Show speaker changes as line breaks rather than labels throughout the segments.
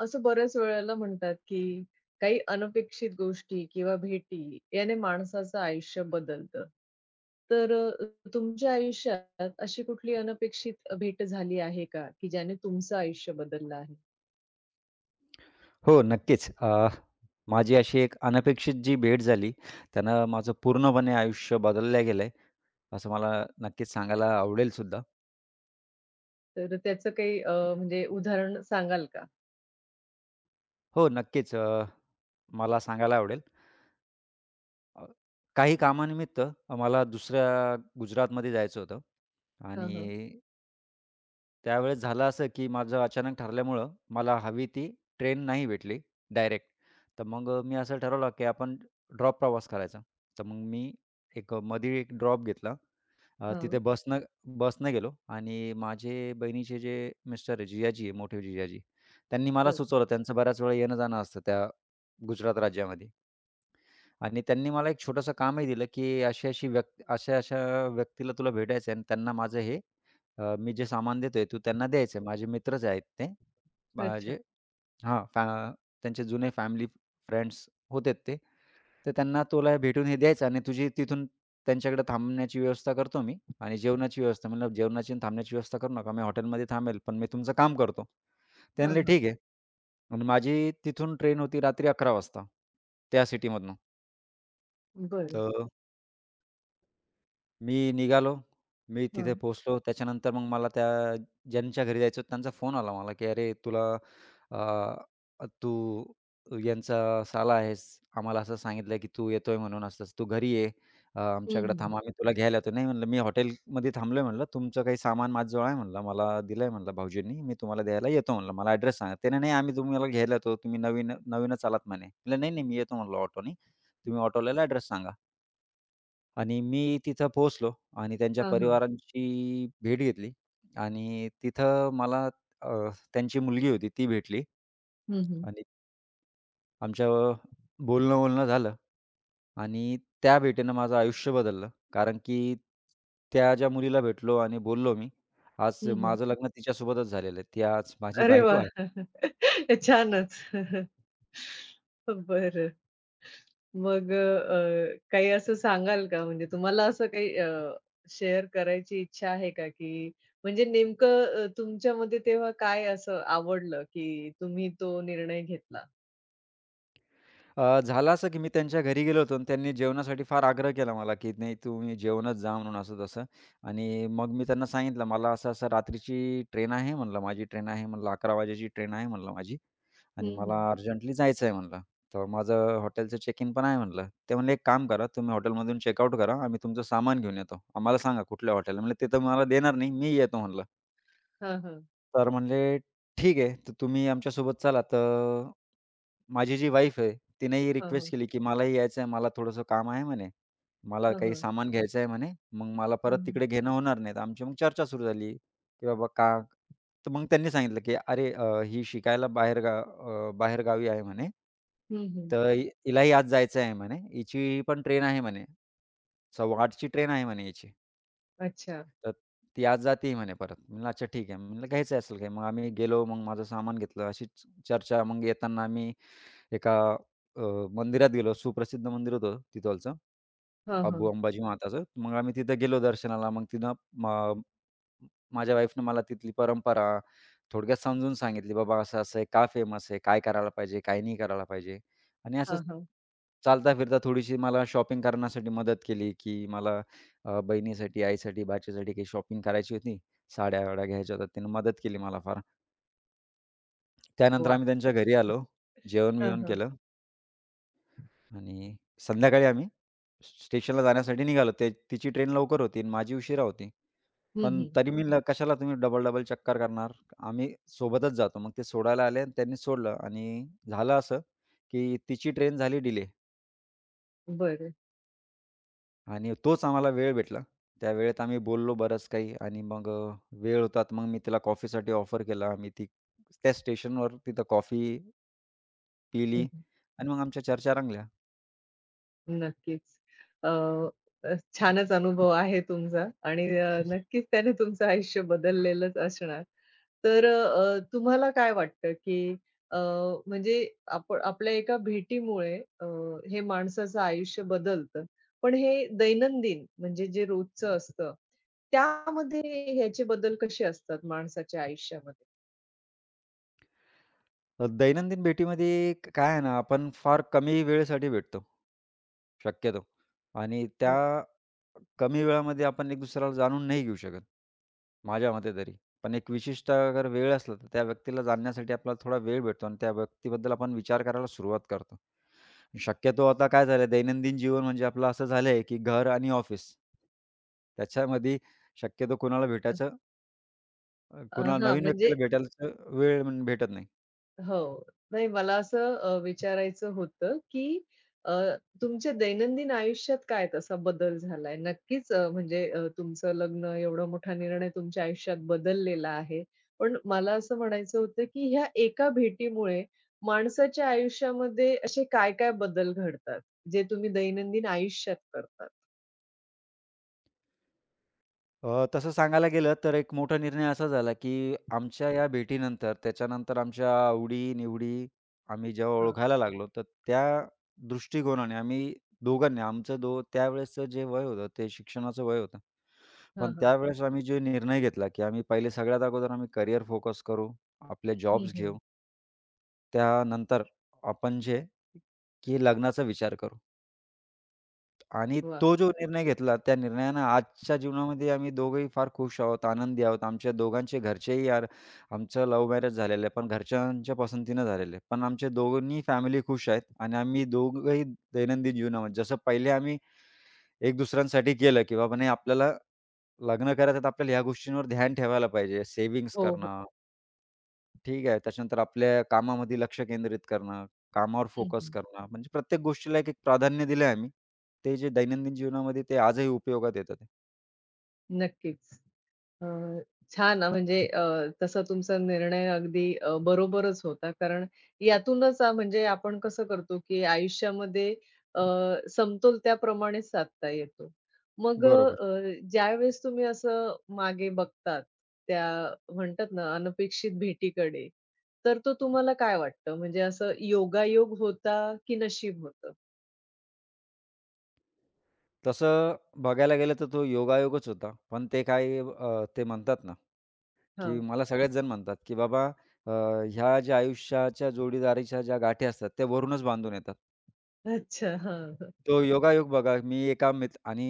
असं बऱ्याच वेळेला म्हणतात, की काही अनपेक्षित गोष्टी किंवा भेटी याने माणसाचं आयुष्य बदलतं. तर तुमच्या आयुष्यात अशी कुठली अनपेक्षित भेट झाली आहे का, की ज्याने तुमचं आयुष्य बदललं आहे?
हो, नक्कीच. माझी अशी एक अनपेक्षित जी भेट झाली, त्यानं माझं पूर्णपणे आयुष्य बदललं गेलं आहे, असं मला नक्कीच सांगायला आवडेलसुद्धा.
तर त्याचं काही म्हणजे उदाहरण सांगाल का?
हो, नक्कीच मला सांगायला आवडेल. अ, काही कामानिमित्त मला दुसऱ्या गुजरातमध्ये जायचं होतं
हां, हां.
आणि त्यावेळेस झालं असं, की माझं अचानक ठरल्यामुळं मला हवी ती ट्रेन नाही भेटली डायरेक्ट. तर मग मी असं ठरवलं, की आपण ड्रॉप प्रवास करायचा. तर मग मी एक मधी एक ड्रॉप घेतला. तिथे
हां.
बसनं बसनं गेलो आणि माझे बहिणीचे जे मिस्टर आहे, जिजाजी आहे, मोठे जिजाजी, त्यांनी मला
बरं.
सुचवलं. त्यांचं बऱ्याच वेळा येणं-जाणं असतं त्या गुजरात राज्यामध्ये आणि त्यांनी मला एक छोटंसं कामही दिलं, की अशी-अशी व्यक्ती अशा-अशा व्यक्तीला तुला भेटायचं आहे आणि त्यांना माझं हे मी जे सामान देतोय, तू त्यांना द्यायचं आहे. माझे मित्रच आहेत ते.
अच्छा.
माझे हां, फॅ त्यांचे जुने फॅमिली फ्रेंड्स होते ते. तर त्यांना तुला भेटून हे द्यायचं आणि तुझी तिथून त्यांच्याकडे थांबण्याची व्यवस्था करतो मी आणि जेवणाची व्यवस्था म्हणलं, "जेवणाची आणि थांबण्याची व्यवस्था करू नका. मी हॉटेलमध्ये थांबेल, पण मी तुमचं काम करतो." ते
हां,
म्हणले,
हां.
"ठीक आहे." आणि माझी तिथून ट्रेन होती रात्री 11:00 वाजता त्या सिटीमधनं.
बरं.
तर मी निघालो. मी
हां.
तिथे पोहोचलो. त्याच्यानंतर मग मला त्या ज्यांच्या घरी जायचं होतं त्यांचा फोन आला मला, की "अरे तुला अ, तू यांचा साला आहेस. आम्हाला असं सांगितलं की तू येतोय म्हणून असं-असं. तू घरी ये.
हं,
आमच्याकडे
हं.
थांब. आम्ही तुला घ्यायला येतो." "नाही," म्हणलं, "मी हॉटेलमध्ये थांबलोय," म्हणलं. "तुमचं काही सामान माझजवळ आहे," म्हणलं. "मला दिलंय," म्हणलं, "भाऊजींनी. मी तुम्हाला द्यायला येतो," म्हणलं. "मला ॲड्रेस सांगा." त्याने, "नाही, आम्ही तुम्हाला घ्यायला येतो. तुम्ही नवीन नवीनच आलात," म्हणे. म्हटलं, "नाही, नाही, मी येतो," म्हणलं, "ऑटोनी. तुम्ही ऑटोवाल्याला ॲड्रेस सांगा." आणि मी तिथं पोहोचलो आणि त्यांच्या
हां, हां.
परिवारांची भेट घेतली आणि तिथं मला त्यांची मुलगी होती ती भेटली
हं, हं.
आणि आमच्या बोलणं-बोलणं झालं आणि त्या भेटीनं माझं आयुष्य बदललं. कारण की त्या ज्या मुलीला भेटलो आणि बोललो मी, आज
हं, हं.
माझं लग्न तिच्यासोबतच झालेलं आहे. ती आज माझी
अरे
बायको
वाह!
आहे.
छानच. बरं. मग काही असं सांगाल का? म्हणजे तुम्हाला असं काही शेअर करायची इच्छा आहे का? की म्हणजे नेमकं तुमच्यामध्ये तेव्हा काय असं आवडलं, की तुम्ही तो निर्णय घेतला?
झालं असं की मी त्यांच्या घरी गेलो होतो आणि त्यांनी जेवणासाठी फार आग्रह केला मला, की "नाही तुम्ही जेवणच जा" म्हणून असं-तसं. आणि मग मी त्यांना सांगितलं, "मला असं-असं रात्रीची ट्रेन आहे" म्हणलं, "माझी ट्रेन आहे" म्हणलं, "11 वाजेची ट्रेन आहे" म्हणलं, "माझी आणि
हं, हं.
मला अर्जंटली जायचं आहे" म्हणलं. तर माझं हॉटेलचं चेक इन पण आहे म्हणलं. ते म्हणले, "एक काम करा, तुम्ही हॉटेलमधून चेकआउट करा. आम्ही तुमचं सामान घेऊन येतो. आम्हाला सांगा कुठल्या हॉटेलला" म्हणलं, "ते तर मला देणार नाही. मी येतो" म्हणलं.
हां, हां.
तर म्हणले ठीक आहे. तर तुम्ही आमच्यासोबत चला. तर माझी जी वाईफ आहे, तिनेही
हां,
रिक्वेस्ट
हां.
केली, की "मलाही यायचं आहे. मला थोडंसं काम आहे," म्हणे. "मला
हां,
काही
हां.
सामान घ्यायचं आहे," म्हणे. "मग मला
हं,
परत
हं.
तिकडे घेणं होणार नाही." तर आमची मग चर्चा सुरू झाली, की बाबा का तर मग त्यांनी सांगितलं, की "अरे, ही शिकायला बाहेरगावी आहे," म्हणे.
हं,
"तर हिलाही आज जायचं आहे," म्हणे. "हिची पण ट्रेन आहे," म्हणे. "सव्वा 8ची ट्रेन आहे," म्हणे हिची.
अच्छा.
तर ती आज जाते म्हणे परत. म्हणलं अच्छा ठीक आहे. म्हणलं घ्यायचं असेल काही. मग आम्ही गेलो, मग माझं सामान घेतलं. अशीच चर्चा मग येताना आम्ही एका अ, मंदिरात गेलो. सुप्रसिद्ध मंदिर होतं तिथलचं,
हां,
अबू
हां.
अंबाजी माताचं. मग आम्ही तिथं गेलो दर्शनाला. मग तिथं माझ्या वाईफनं मला तिथली परंपरा थोडक्यात समजून सांगितली, "बाबा असं-असं आहे, का फेमस आहे? काय करायला पाहिजे? काय नाही करायला पाहिजे?" आणि असंच
हां, हां.
चालता-फिरता थोडीशी मला शॉपिंग करण्यासाठी मदत केली, की मला बहिणीसाठी, आईसाठी, बाच्यासाठी काही शॉपिंग करायची होती. साड्या-वाड्या घ्यायच्या होत्या. तिनं मदत केली मला फार. त्यानंतर
वाह!
आम्ही त्यांच्या घरी आलो.
हां,
जेवण-बिवण
हां.
केलं आणि संध्याकाळी आम्ही स्टेशनला जाण्यासाठी निघालो. ते तिची ट्रेन लवकर होती आणि माझी उशिरा होती.
हं,
पण
हं.
तरी मी कशाला तुम्ही डबल-डबल चक्कर करणार? आम्ही सोबतच जातो. मग ते सोडायला आले आणि त्यांनी सोडलं आणि झालं असं, की तिची ट्रेन झाली डिले
बरं.
आणि तोच आम्हाला वेळ भेटला. त्या वेळेत आम्ही बोललो बरंच काही आणि मग वेळ होता तर मग मी तिला कॉफीसाठी ऑफर केला. मी ती त्या स्टेशनवर तिथं कॉफी पिली
हं, हं.
आणि मग आमच्या चर्चा रंगल्या.
नक्कीच. अ, अ, छानच अनुभव आहे तुमचा आणि नक्कीच त्याने तुमचं आयुष्य बदललेलंच असणार. तर तुम्हाला काय वाटतं, की अ, म्हणजे आपल्या एका भेटीमुळे अ, हे माणसाचं आयुष्य बदलतं. पण हे दैनंदिन म्हणजे जे रोजचं असतं, त्यामध्ये ह्याचे बदल कसे असतात माणसाच्या आयुष्यामध्ये?
दैनंदिन भेटीमध्ये काय आहे ना, आपण फार कमी वेळेसाठी भेटतो, शक्यतो आणि
अ,
त्या कमी वेळामध्ये आपण एक दुसऱ्याला जाणून नाही घेऊ शकत. माझ्या मते तरी. पण एक विशिष्ट अगर वेळ असला तर त्या व्यक्तीला जाणण्यासाठी आपल्याला थोडा वेळ भेटतो आणि त्या व्यक्तीबद्दल आपण विचार करायला सुरुवात करतो. शक्यतो आता काय झालं दैनंदिन जीवन म्हणजे आपलं असं झालंय की घर आणि ऑफिस. त्याच्यामध्ये शक्यतो कोणाला भेटायचं
अ,
कोणाला
हां,
नवीन
म्हणजे
व्यक्तीला भेटायला भेटत नाही.
हो. नाही मला असं विचारायचं होतं, की अ, तुमच्या दैनंदिन आयुष्यात काय तसा बदल झालाय? नक्कीच म्हणजे तुमचं लग्न एवढा मोठा निर्णय तुमच्या आयुष्यात बदललेला आहे. पण मला असं म्हणायचं होतं, की ह्या एका भेटीमुळे माणसाच्या आयुष्यामध्ये असे काय-काय बदल घडतात, जे तुम्ही दैनंदिन आयुष्यात करतात?
तसं सांगायला गेलं तर एक मोठा निर्णय असा झाला, की आमच्या या भेटीनंतर त्याच्यानंतर आमच्या आवडी-निवडी आम्ही जेव्हा
हां.
ओळखायला लागलो, तर त्या दृष्टिकोनाने आम्ही दोघांनी आमचं दो त्यावेळेसचं जे वय होतं ते शिक्षणाचं वय होतं. पण
हां, हां.
त्यावेळेस आम्ही जो निर्णय घेतला, की आम्ही पहिले सगळ्यात अगोदर आम्ही करियर फोकस करू, आपले
हं,
जॉब्स
हं.
घेऊ. त्यानंतर आपण जे, की लग्नाचा विचार करू. आणि
वाह!
तो जो निर्णय घेतला, त्या निर्णयानं आजच्या जीवनामध्ये आम्ही दोघंही फार खुश आहोत, आनंदी आहोत. आमच्या दोघांचे घरचेही यार आमचं लव्ह मॅरेज झालेलं आहे, पण घरच्यांच्या पसंतीनं झालेलं आहे. पण आमच्या दोघांनी फॅमिली खुश आहेत आणि आम्ही दोघंही दैनंदिन जीवनामध्ये जसं पहिले आम्ही एक दुसऱ्यांसाठी केलं, की बाबा नाही आपल्याला लग्न करायचं तर आपल्याला ह्या गोष्टींवर ध्यान ठेवायला पाहिजे. सेव्हिंग्ज
हो, हो.
करणं, ठीक आहे. त्याच्यानंतर आपल्या कामामध्ये लक्ष केंद्रित करणं, कामावर
हं,
फोकस
हं.
करणं, म्हणजे प्रत्येक गोष्टीला एक-एक प्राधान्य दिलं आहे आम्ही. ते जे दैनंदिन जीवनामध्ये ते आजही उपयोगात येतं ते.
नक्कीच. अ, छान हां, म्हणजे तसा तुमचा निर्णय अगदी बरोबरच होता. कारण यातूनच म्हणजे आपण कसं करतो, की आयुष्यामध्ये अ, समतोल त्याप्रमाणे साधता येतो. मग
बरोबर.
ज्यावेळेस तुम्ही असं मागे बघतात, त्या म्हणतात ना, अनपेक्षित भेटीकडे, तर तो तुम्हाला काय वाटतं? म्हणजे असं योगायोग होता की नशीब होतं?
तसं बघायला गेलं तर तो योगायोगच होता. पण ते काय ते म्हणतात ना, की
हां.
मला सगळेच जण म्हणतात, की "बाबा अ, ह्या ज्या आयुष्याच्या जोडीदारीच्या ज्या गाठी असतात, त्या वरूनच बांधून येतात."
अच्छा. हां, हां.
तो योगायोग बघा, मी एका मित्र आणि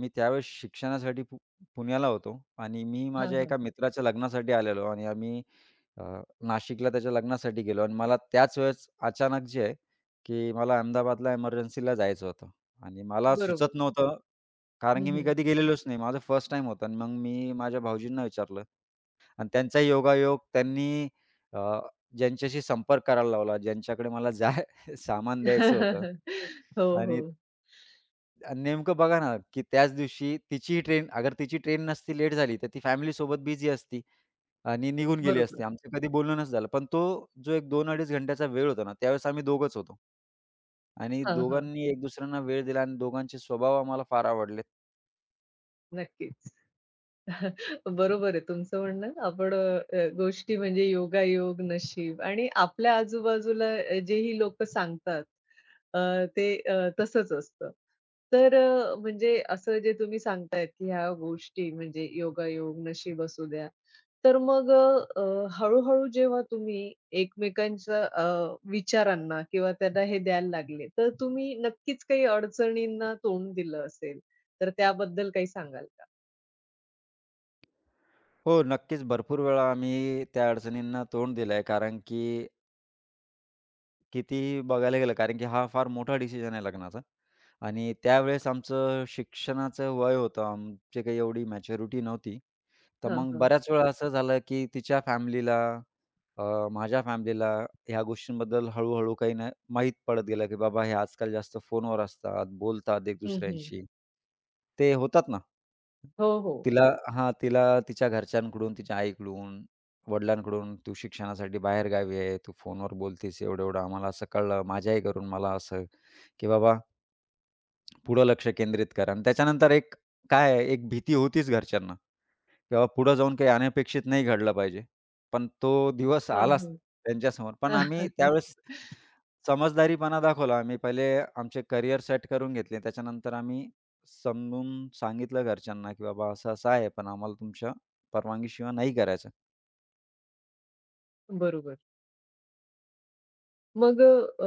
मी त्यावेळेस शिक्षणासाठी पुण्याला होतो आणि मी माझ्या
हां,
एका मित्राच्या लग्नासाठी आलेलो आणि आम्ही अ, नाशिकला त्याच्या लग्नासाठी गेलो आणि मला त्याच वेळेस अचानक जे आहे, की मला अहमदाबादला एमर्जन्सीला जायचं होतं आणि मला
बरोबर.
सुचत नव्हतं, कारण
हं,
की मी
हं.
कधी गेलेलोच नाही. माझं फर्स्ट टाईम होतं आणि मग मी माझ्या भाऊजींना विचारलं आणि त्यांचा योगायोग त्यांनी अ, ज्यांच्याशी संपर्क करायला लावला, ज्यांच्याकडे मला सामान द्यायचं होतं
हो,
आणि
हो.
आणि नेमकं बघा ना, की त्याच दिवशी तिचीही ट्रेन अगर तिची ट्रेन नसती लेट झाली, तर ती फॅमिलीसोबत बिझी असती. आणि निघून गेली
बरोबर.
असती. आमचं कधी बोलणं नसतं झालं. पण तो जो एक 2-2.5 घंट्याचा वेळ होता ना, त्यावेळेस आम्ही दोघंच होतो. आणि
हां, हां.
दोघांनी एक दुसऱ्यांना वेळ दिला आणि दोघांचे स्वभाव आम्हाला फार आवडले.
नक्कीच. बरोबर आहे तुमचं म्हणणं. आपण गोष्टी म्हणजे योगायोग, नशीब आणि आपल्या आजूबाजूला जेही लोकं सांगतात ते तसंच असतं. तर म्हणजे असं जे तुम्ही सांगतायत, की ह्या गोष्टी म्हणजे योगायोग, नशीब असू द्या. तर मग अ, अ, जेव्हा तुम्ही एकमेकांच्या विचारांना किंवा त्यांना हे द्यायला लागले, तर तुम्ही नक्कीच काही अडचणींना तोंड दिलं असेल. तर त्याबद्दल काही सांगाल का?
हो, नक्कीच भरपूर वेळा आम्ही त्या अडचणींना तोंड दिलंय. कारण की कितीही बघायला गेलं, कारण की हा फार मोठा डिसिजन आहे लग्नाचा. आणि त्यावेळेस आमचं शिक्षणाचं वय होतं. आमची काही एवढी मॅच्युरिटी नव्हती. तर मग
हां,
बऱ्याच वेळा असं झालं, की तिच्या फॅमिलीला अ, माझ्या फॅमिलीला ह्या गोष्टींबद्दल हळू-हळू काही ना माहीत पडत गेलं, की बाबा हे आजकाल जास्त फोनवर असतात, बोलतात एक
हं, हं.
दुसऱ्यांशी. ते होतात ना.
हो, हो.
तिला हां, तिला तिच्या घरच्यांकडून, तिच्या आईकडून, वडिलांकडून, "तू शिक्षणासाठी बाहेरगावी आहे, तू फोनवर बोलतेस एवढं-एवढं आम्हाला असं कळलं, माझ्याही घरून मला असं, की बाबा पुढं लक्ष केंद्रित कर." आणि त्याच्यानंतर एक काय आहे, एक भीती होतीच घरच्यांना. किंवा पुढे जाऊन काही अनपेक्षित नाही घडलं पाहिजे. पण तो दिवस
हां,
आलाच
हां.
त्यांच्यासमोर. पण आम्ही त्यावेळेस समजदारीपणा दाखवला. आम्ही पहिले आमचे करिअर सेट करून घेतले. त्याच्यानंतर आम्ही समजून सांगितलं घरच्यांना, की "बाबा असं-असं आहे, पण आम्हाला तुमच्या परवानगीशिवाय नाही करायचं."
बरोबर. मग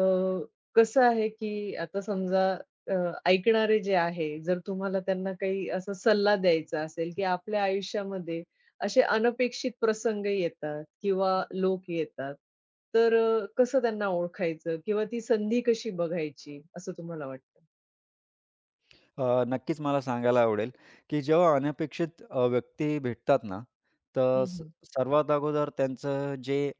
कसं आहे, की आता समजा अ, ऐकणारे जे आहे, जर तुम्हाला त्यांना काही असा सल्ला द्यायचा असेल, की आपल्या आयुष्यामध्ये असे अनपेक्षित प्रसंग येतात किंवा लोक येतात, तर कसं त्यांना ओळखायचं किंवा ती संधी कशी बघायची असं तुम्हाला वाटतं?
नक्कीच मला सांगायला आवडेल, की जेव्हा अनपेक्षित व्यक्ती भेटतात ना, तर
हं, हं.
सर्वात अगोदर त्यांचं जे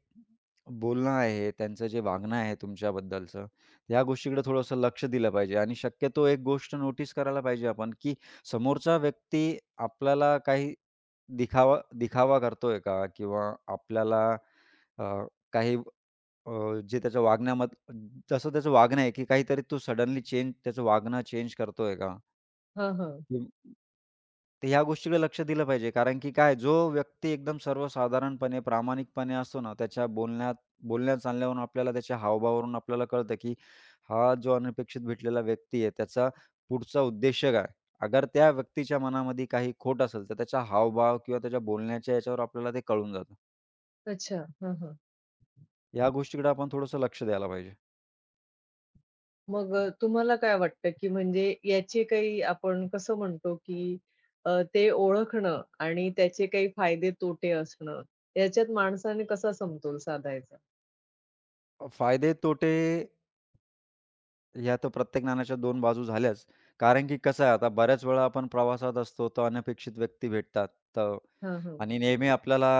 बोलणं आहे, त्यांचं जे वागणं आहे तुमच्याबद्दलचं, या गोष्टीकडे थोडंसं लक्ष दिलं पाहिजे आणि शक्यतो एक गोष्ट नोटीस करायला पाहिजे आपण, की समोरचा व्यक्ती आपल्याला काही दिखावा दिखावा करतोय का? किंवा आपल्याला अ, काही अ, जे त्याच्या वागण्यामध जसं त्याचं वागणं आहे, की काहीतरी तो सडनली त्याचं वागणं चेंज करतोय का?
हां, हां.
हं. तर ह्या गोष्टीकडे लक्ष दिलं पाहिजे. कारण की काय जो व्यक्ती एकदम सर्वसाधारणपणे, प्रामाणिकपणे असतो ना, त्याच्या बोलण्यात बोलण्या-चालण्यावरून आपल्याला त्याच्या हावभावावरून आपल्याला कळतं, की हा जो अनपेक्षित भेटलेला व्यक्ती आहे, त्याचा पुढचा उद्देश काय? अगर त्या व्यक्तीच्या मनामध्ये काही खोट असेल, तर त्याचा हावभाव किंवा त्याच्या बोलण्याच्या याच्यावर आपल्याला ते कळून जातं.
अच्छा. हां, हां.
या गोष्टीकडे आपण थोडंसं लक्ष द्यायला पाहिजे.
मग तुम्हाला काय वाटतं, की म्हणजे याचे काही आपण कसं म्हणतो, की ते ओळखणं आणि त्याचे काही फायदे तोटे असणं, याच्यात माणसाने कसा समतोल साधायचा?
फायदे तोटे ह्या तर प्रत्येक नाण्याच्या दोन बाजू झाल्याच. कारण की कसं आहे आता बऱ्याच वेळा आपण प्रवासात असतो, तर अनपेक्षित व्यक्ती भेटतात. तर
हां, हां.
आणि नेहमी आपल्याला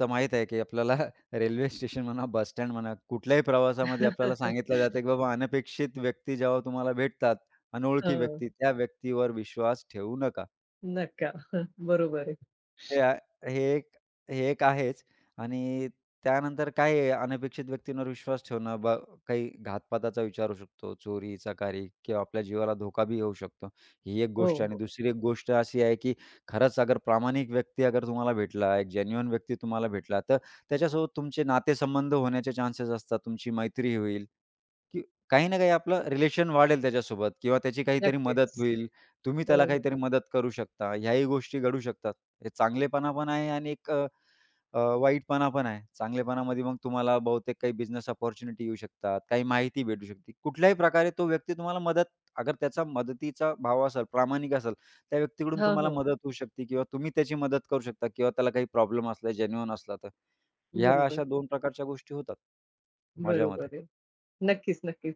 तर माहीत आहे की आपल्याला रेल्वे स्टेशन म्हणा, बस स्टँड म्हणा, कुठल्याही प्रवासामध्ये आपल्याला सांगितलं जातं की बाबा अनपेक्षित व्यक्ती जेव्हा तुम्हाला भेटतात, अनोळखी
हां,
व्यक्ती, त्या व्यक्तीवर विश्वास ठेवू नका.
नका. बरोबर आहे.
हे आ हे एक आहेच आणि त्यानंतर काय आहे, अनपेक्षित व्यक्तींवर विश्वास ठेवणं काही घातपाताचा विचार होऊ शकतो, चोरी, चकारी किंवा आपल्या जीवाला धोकाबी होऊ शकतो. ही एक
हो,
गोष्ट आणि
हो.
दुसरी एक गोष्ट अशी आहे, की खरंच अगर प्रामाणिक व्यक्ती अगर तुम्हाला भेटला, एक जेन्युइन व्यक्ती तुम्हाला भेटला, तर त्याच्यासोबत तुमचे नातेसंबंध होण्याचे चान्सेस असतात. तुमची मैत्री होईल. की काही ना काही आपलं रिलेशन वाढेल त्याच्यासोबत किंवा त्याची काहीतरी मदत
नक्कीच.
होईल. तुम्ही
हो,
त्याला
हो.
काहीतरी मदत करू शकता. ह्याही गोष्टी घडू शकतात. हे चांगलेपणा पण आहे आणि एक अ, अ, वाईटपणा पण आहे. चांगलेपणामध्ये मग तुम्हाला बहुतेक काही बिझनेस अपॉर्च्युनिटी येऊ शकतात, काही माहिती भेटू शकते. कुठल्याही प्रकारे तो व्यक्ती तुम्हाला मदत अगर त्याचा मदतीचा भाव असेल, प्रामाणिक असेल, त्या व्यक्तीकडून
हां,
तुम्हाला
हां.
मदत होऊ शकते किंवा तुम्ही त्याची मदत करू शकता किंवा त्याला काही प्रॉब्लेम असला, जेन्युइन असला तर. ह्या
बरोबर.
अशा 2 प्रकारच्या गोष्टी होतात, माझ्या मते.
बरोबर आहे. नक्कीच, नक्कीच.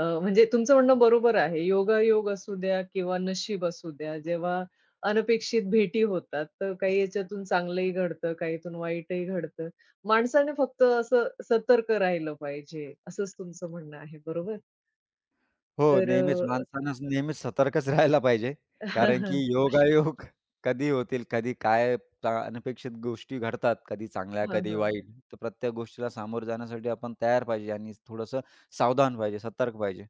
म्हणजे तुमचं म्हणणं बरोबर आहे. योगायोग असू द्या किंवा नशीब असू द्या, जेव्हा अनपेक्षित भेटी होतात, तर काही याच्यातून चांगलंही घडतं, काहीतून वाईटही घडतं. माणसाने फक्त असं सतर्क राहिलं पाहिजे, असंच तुमचं म्हणणं आहे, बरोबर?
हो,
तर
नेहमीच माणसानंच नेहमीच सतर्कच राहायला पाहिजे.
हां,
कारण की
हां.
योगायोग कधी होतील, कधी काय अनपेक्षित गोष्टी घडतात, कधी चांगल्या, कधी वाईट. तर प्रत्येक गोष्टीला सामोरं जाण्यासाठी आपण तयार पाहिजे आणि थोडंसं सावधान पाहिजे, सतर्क पाहिजे.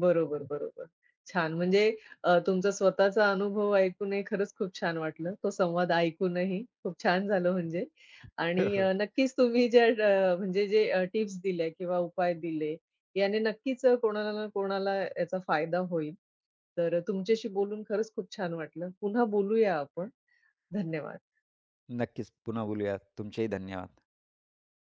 बरोबर, बरोबर. छान म्हणजे तुमचा स्वतःचा अनुभव ऐकूनही खरंच खूप छान वाटलं. तो संवाद ऐकूनही खूप छान झालं म्हणजे आणि नक्कीच तुम्ही ज्या म्हणजे जे टिप्स दिल्या किंवा उपाय दिले, याने नक्कीच कोणाला ना कोणाला याचा फायदा होईल. तर तुमच्याशी बोलून खरंच खूप छान वाटलं. पुन्हा बोलूया आपण. धन्यवाद.
नक्कीच. पुन्हा बोलूया. तुमचेही धन्यवाद.